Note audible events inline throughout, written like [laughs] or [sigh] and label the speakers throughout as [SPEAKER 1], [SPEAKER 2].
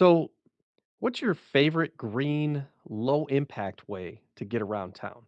[SPEAKER 1] So, what's your favorite green low impact way to get around town?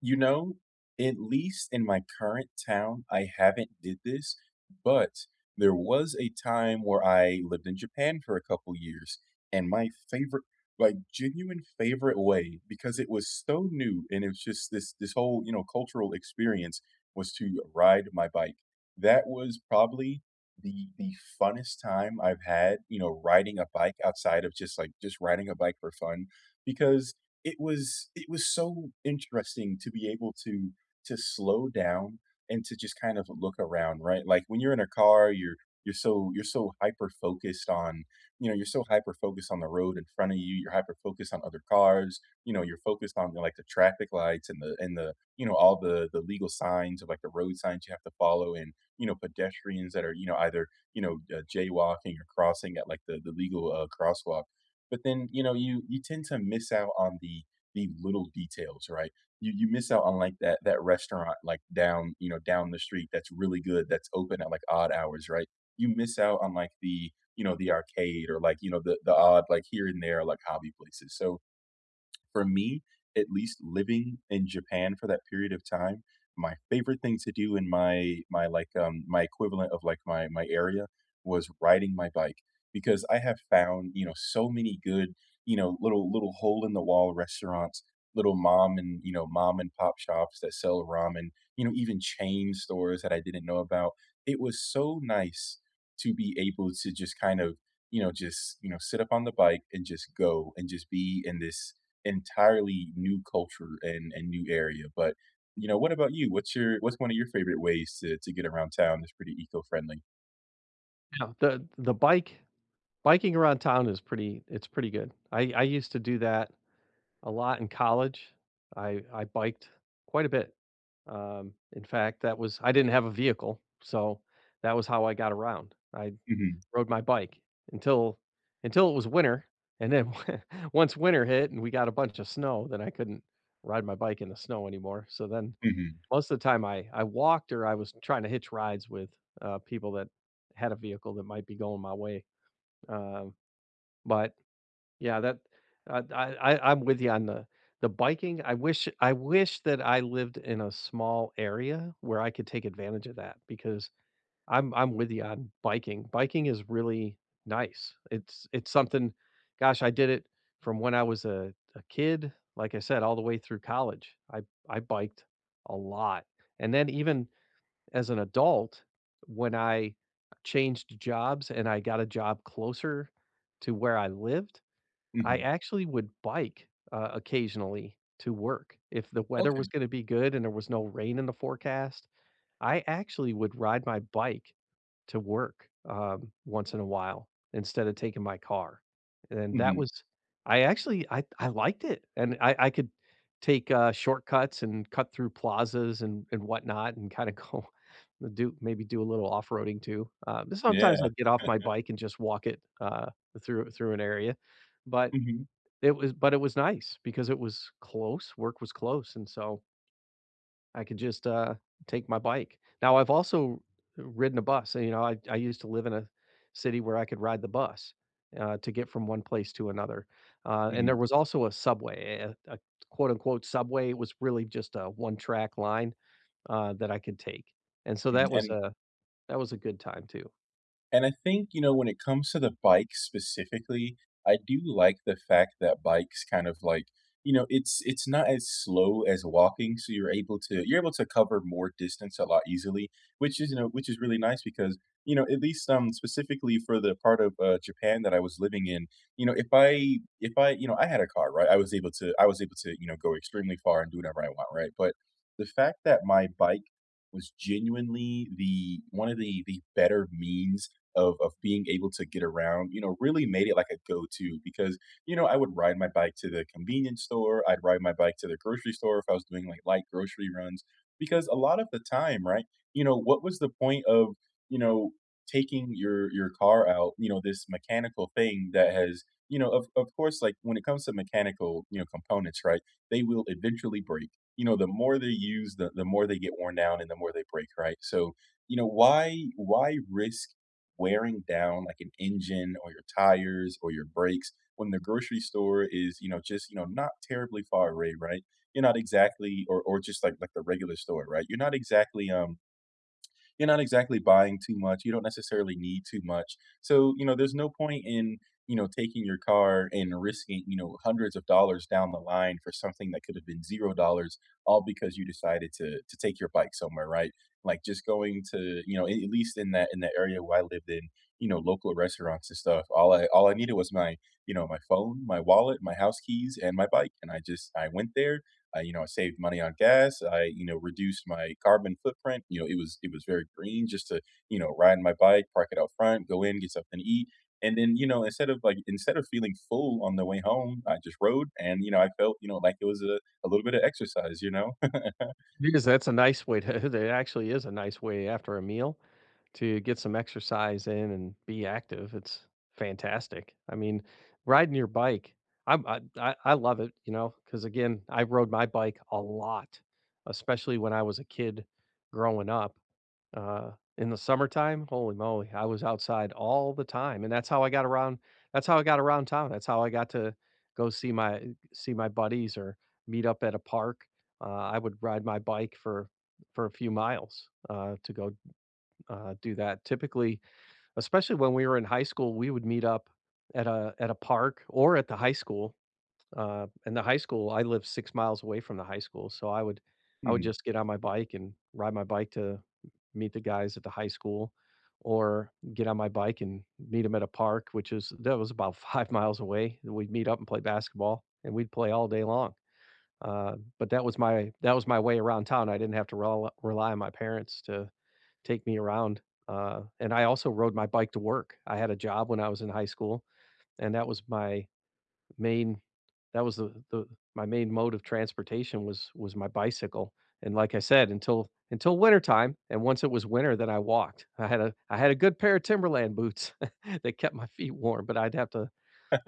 [SPEAKER 2] You know, at least in my current town, I haven't did this, but there was a time where I lived in Japan for a couple years, and my favorite, like genuine favorite way, because it was so new and it was just this whole, cultural experience was to ride my bike. That was probably the funnest time I've had, riding a bike outside of just like just riding a bike for fun because it was so interesting to be able to slow down and to just kind of look around, right? Like, when you're in a car, you're so you're so hyper focused on, you're so hyper focused on the road in front of you, you're hyper focused on other cars, you're focused on, like, the traffic lights and the all the legal signs of, like, the road signs you have to follow and, pedestrians that are, either, jaywalking or crossing at, like, the legal, crosswalk. But then you know, you tend to miss out on the little details, right? You miss out on like that restaurant, like down, you know, down the street, that's really good, that's open at like odd hours, right? You miss out on like the, you know, the arcade or like, you know, the odd, like here and there, like hobby places. So for me, at least living in Japan for that period of time, my favorite thing to do in my like my equivalent of like my area was riding my bike, because I have found, so many good, little hole in the wall restaurants, little mom and, mom and pop shops that sell ramen, even chain stores that I didn't know about. It was so nice to be able to just kind of, just, sit up on the bike and just go and just be in this entirely new culture and new area. But, what about you? What's one of your favorite ways to get around town that's pretty eco-friendly?
[SPEAKER 1] Yeah. The bike biking around town is pretty it's pretty good. I used to do that a lot in college. I biked quite a bit. In fact, that was I didn't have a vehicle, so that was how I got around. I
[SPEAKER 2] Mhm,
[SPEAKER 1] rode my bike until until it was winter and then [laughs] once winter hit and we got a bunch of snow, then I couldn't ride my bike in the snow anymore. So then
[SPEAKER 2] mhm,
[SPEAKER 1] most of the time I walked or I was trying to hitch rides with, people that had a vehicle that might be going my way, um, but yeah, that I'm with you on the biking. I wish that I lived in a small area where I could take advantage of that because I'm with you on biking. Biking is really nice. It's something gosh, I did it from when I was a kid, like I said, all the way through college. I biked a lot, and then even as an adult, when I changed jobs and I got a job closer to where I lived, I
[SPEAKER 2] mhm.
[SPEAKER 1] actually would bike, occasionally to work. If the weather
[SPEAKER 2] Okay,
[SPEAKER 1] was gonna be good and there was no rain in the forecast, I actually would ride my bike to work, once in a while instead of taking my car, and that
[SPEAKER 2] mhm.
[SPEAKER 1] was I actually I liked it, and I could take, shortcuts and cut through plazas and whatnot and kinda go [laughs] do maybe do a little off-roading too, but sometimes
[SPEAKER 2] Yeah.
[SPEAKER 1] I'd get off my bike and just walk it, through an area, but
[SPEAKER 2] Mhm,
[SPEAKER 1] but it was nice because it was close, work was close, and so I could just, take my bike. Now I've also ridden a bus. You know, I used to live in a city where I could ride the bus, to get from one place to another, and there
[SPEAKER 2] mhm,
[SPEAKER 1] was also a subway, a quote unquote subway. It was really just a one track line, that I could take, and so
[SPEAKER 2] mhm, and
[SPEAKER 1] that was a good time too.
[SPEAKER 2] And I think, when it comes to the bike specifically, I do like the fact that bikes kind of like, it's not as slow as walking, so you're able to cover more distance a lot easily, which is, which is really nice because, at least specifically for the part of Japan that I was living in, if I, I had a car, right? I was able to, go extremely far and do whatever I want, right? But the fact that my bike was genuinely the one of the better means of being able to get around, really made it like a go-to because, I would ride my bike to the convenience store, I'd ride my bike to the grocery store if I was doing like light grocery runs, because a lot of the time, right? What was the point of, you know, taking your car out, this mechanical thing that has, of course, like when it comes to mechanical, components, right? They will eventually break. The more they use, the more they get worn down and the more they break, right? So, why risk wearing down like an engine or your tires or your brakes when the grocery store is, just, not terribly far away, right? You're not exactly, or just like the regular store, right? You're not exactly buying too much. You don't necessarily need too much. So, there's no point in, taking your car and risking, hundreds of dollars down the line for something that could have been $0, all because you decided to take your bike somewhere, right? Like just going to, at least in that in the area where I lived in, local restaurants and stuff. All I needed was my, my phone, my wallet, my house keys, and my bike. And I just I went there. I, I saved money on gas. I, reduced my carbon footprint. It was very green just to, ride my bike, park it out front, go in, get something to eat. And then, instead of like instead of feeling full on the way home, I just rode and, I felt, like it was a little bit of exercise, you know? [laughs]
[SPEAKER 1] Because that's a nice way to [laughs] that actually is a nice way after a meal to get some exercise in and be active. It's fantastic. I mean, riding your bike, I'm, I love it, you know, because again, I rode my bike a lot, especially when I was a kid growing up. Uh, in the summertime, holy moly, I was outside all the time, and that's how I got around that's how I got around town, that's how I got to go see my buddies or meet up at a park. I would ride my bike for a few miles, to go, do that. Typically, especially when we were in high school, we would meet up at a park or at the high school, and the high school I lived 6 miles away from the high school, so I would
[SPEAKER 2] Mhm.
[SPEAKER 1] just get on my bike and ride my bike to meet the guys at the high school or get on my bike and meet them at a park, which is that was about [laughs] 5 miles away. We'd meet up and play basketball, and we'd play all day long. But that was my way around town. I didn't have to rel rely on my parents to take me around. And I also rode my bike to work. I had a job when I was in high school, and that was my main that was the my main mode of transportation was my bicycle, and like I said, until wintertime, and once it was winter, then I walked. I had a good pair of Timberland boots [laughs] that kept my feet warm, but I'd have to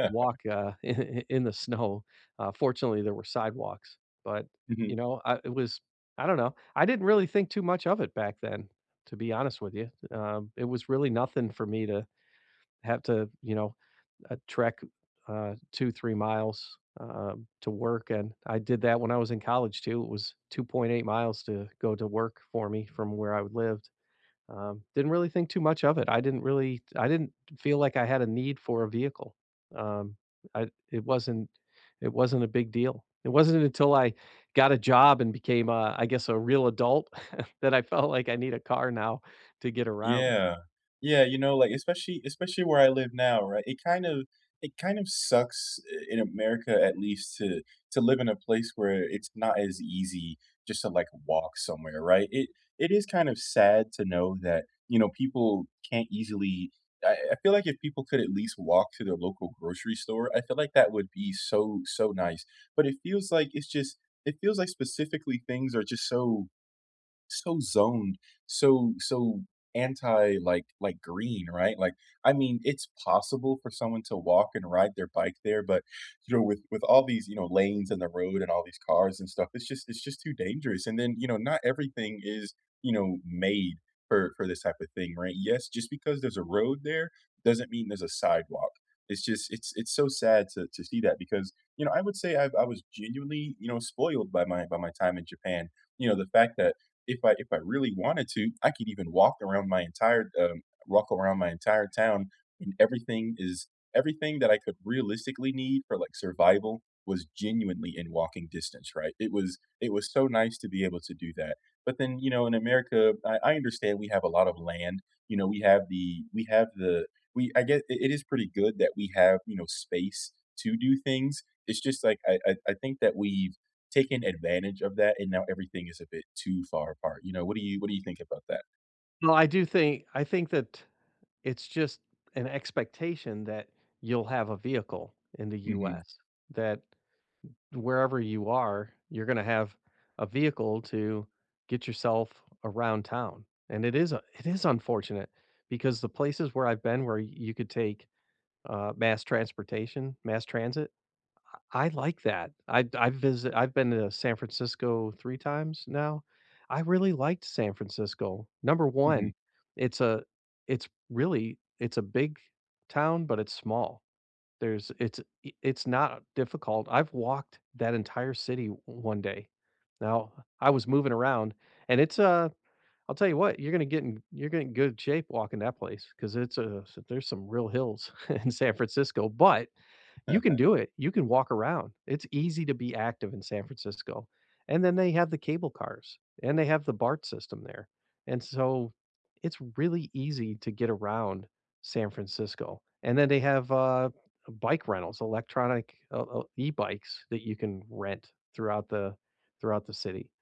[SPEAKER 1] walk, [laughs] in the snow. Fortunately, there were sidewalks, but, you
[SPEAKER 2] [laughs]
[SPEAKER 1] know, I it was I don't know. I didn't really think too much of it back then, to be honest with you. It was really nothing for me to have to, you know a trek, two, 3 miles, to work, and I did that when I was in college too. It was 2.8 miles to go to work for me from where I lived. Didn't really think too much of it. I didn't really I didn't feel like I had a need for a vehicle. Um, I it wasn't a big deal. It wasn't until I got a job and became, I guess, a real adult [laughs] that I felt like I need a car now to get around.
[SPEAKER 2] Yeah. Yeah, you know, like, especially where I live now, right? It kind of sucks I in America, at least, to live in a place where it's not as easy just to, like, walk somewhere, right? It is kind of sad to know that, people can't easily I feel like if people could at least walk to their local grocery store, I feel like that would be so, so nice. But it feels like it's just, it feels like specifically things are just so, so zoned, so so anti, like green, right? Like I mean, it's possible for someone to walk and ride their bike there, but you know, with all these, lanes and the road and all these cars and stuff, it's just, it's just too dangerous. And then, not everything is, made for this type of thing, right? Yes, just because there's a road there doesn't mean there's a sidewalk. It's just it's so sad to see that, because, I would say I was genuinely, spoiled by my time in Japan. You know, the fact that if I really wanted to, I could even walk around my entire walk around my entire town, and everything is, everything that I could realistically need for like survival was genuinely in walking distance. Right? It was, it was so nice to be able to do that. But then, you know, in America, I understand we have a lot of land. You know, we have the, we have the we, I guess it, it is pretty good that we have, you know, space to do things. It's just like, I, I think that we've taken advantage of that, and now everything is a bit too far apart. You know, what do you, what do you think about that?
[SPEAKER 1] Well, I do think I think that it's just an expectation that you'll have a vehicle in the
[SPEAKER 2] Mhm,
[SPEAKER 1] US, that wherever you are, you're gonna have a vehicle to get yourself around town, and it is a it is unfortunate because the places where I've been where you could take, mass transportation, mass transit, I like that. I visit I've been to San Francisco 3 times now. I really liked San Francisco. Number
[SPEAKER 2] mhm,
[SPEAKER 1] 1, it's a it's really it's a big town, but it's small. There's it's I it's not difficult. I've walked that entire city one day. Now, I was moving around, and it's, I'll tell you what, you're gonna get in good shape walking that place because it's a s there's some real hills [laughs] in San Francisco, but you can do it. You can walk around. It's easy to be active in San Francisco, and then they have the cable cars, and they have the BART system there, and so it's really easy to get around San Francisco, and then they have, bike rentals, electronic, e-bikes that you can rent throughout the city.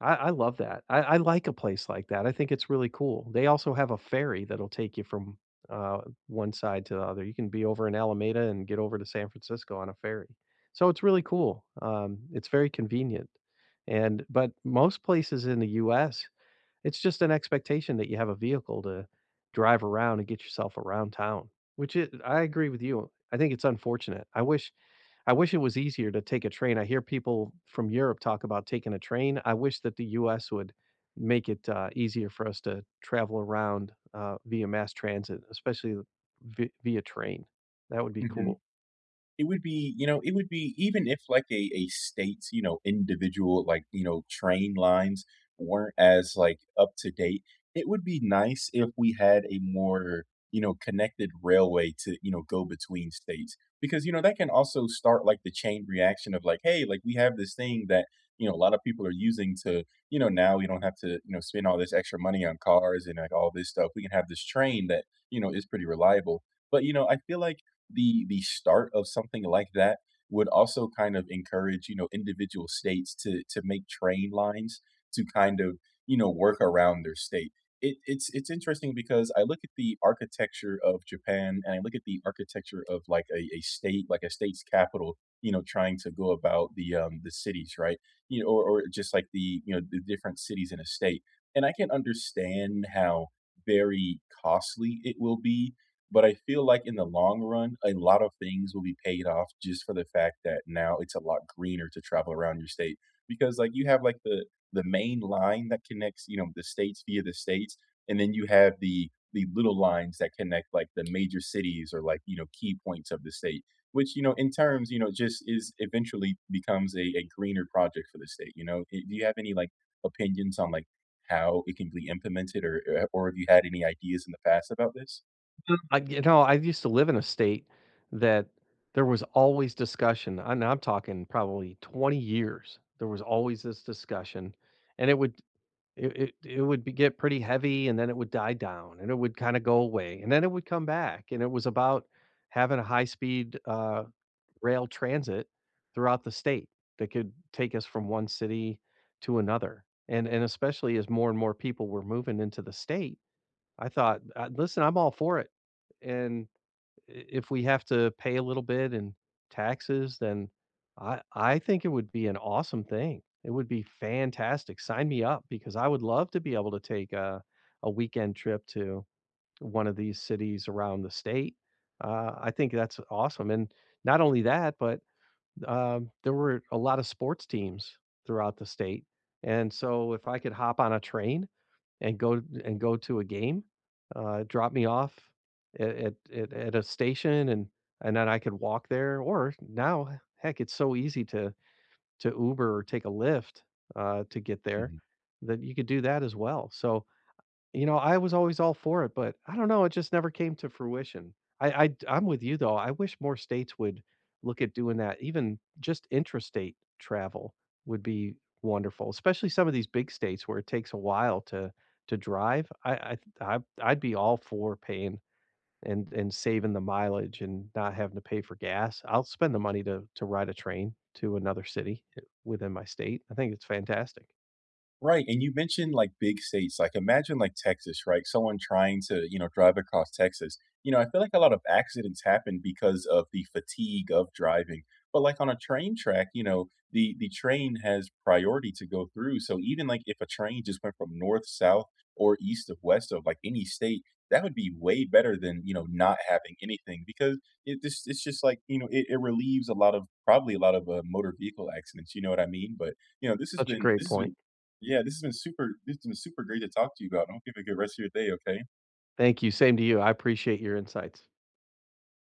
[SPEAKER 1] I love that. I like a place like that. I think it's really cool. They also have a ferry that'll take you from, uh, one side to the other. You can be over in Alameda and get over to San Francisco on a ferry. So it's really cool. It's very convenient. And but most places in the US, it's just an expectation that you have a vehicle to drive around and get yourself around town, which it I agree with you. I think it's unfortunate. I wish it was easier to take a train. I hear people from Europe talk about taking a train. I wish that the US would make it, easier for us to travel around, via mass transit, especially vi via train. That would be
[SPEAKER 2] mhm.
[SPEAKER 1] cool.
[SPEAKER 2] It would be, you know, it would be, even if, like, a state's, you know, individual, like, you know, train lines weren't as, like, up to date, it would be nice if we had a more, you know, connected railway to, you know, go between states, because, you know, that can also start, like, the chain reaction of, like, "Hey, like, we have this thing that, a lot of people are using to, you know, now we don't have to, spend all this extra money on cars and, like, all this stuff. We can have this train that, is pretty reliable." But, I feel like the start of something like that would also kind of encourage, individual states to make train lines to kind of, work around their state. It's interesting because I look at the architecture of Japan and I look at the architecture of like a state, like a state's capital, trying to go about the cities, right? You know, or just like the, you know, the different cities in a state. And I can understand how very costly it will be, but I feel like in the long run, a lot of things will be paid off just for the fact that now it's a lot greener to travel around your state. Because, like, you have, like, the main line that connects, the states via the states, and then you have the little lines that connect, like, the major cities or, like, key points of the state. Which, in terms, just is, eventually becomes a greener project for the state, you know? Eh, do you have any, like, opinions on, like, how it can be implemented or eh, or have you had any ideas in the past about this?
[SPEAKER 1] Mm. I you know, I used to live in a state that there was always discussion, and I'm talking probably 20 years. There was always this discussion, and it would it it it would be get pretty heavy, and then it would die down, and it would kinda go away, and then it would come back, and it was about having a high-speed, rail transit throughout the state that could take us from one city to another, and especially as more and more people were moving into the state, I thought, "Listen, I'm all for it," and if we have to pay a little bit in taxes, then I think it would be an awesome thing. It would be fantastic. Sign me up because I would love to be able to take a weekend trip to one of these cities around the state. I think that's awesome. And not only that, but there were a lot of sports teams throughout the state. And so if I could hop on a train and go to a game, drop me off at at a station and then I could walk there or now, heck, it's so easy to Uber or take a Lyft, to get there
[SPEAKER 2] Mhm.
[SPEAKER 1] that you could do that as well. So, you know, I was always all for it, but I don't know, it just never came to fruition. I d I'm with you, though. I wish more states would look at doing that. Even just intrastate travel would be wonderful, especially some of these big states where it takes a while to drive. I'd be all for paying and saving the mileage and not having to pay for gas. I'll spend the money to ride a train to another city eh, within my state. I think it's fantastic.
[SPEAKER 2] Right, and you mentioned, like, big states, like, imagine, like, Texas, right? Someone trying to, drive across Texas. You know, I feel like a lot of accidents happen because of the fatigue of driving, but, like, on a train track, you know, the train has priority to go through, so even, like, if a train just went from north, south, or east of west of, like, any state, that would be way better than, not having anything, because it this it's just like, it relieves a lot of probably a lot of, motor vehicle accidents, you know what I mean? But, you know,
[SPEAKER 1] Such a great
[SPEAKER 2] this has
[SPEAKER 1] point.
[SPEAKER 2] been yeah, this has been super great to talk to you about. I hope you have a good rest of your day, okay?
[SPEAKER 1] Thank you, same to you. I appreciate your insights.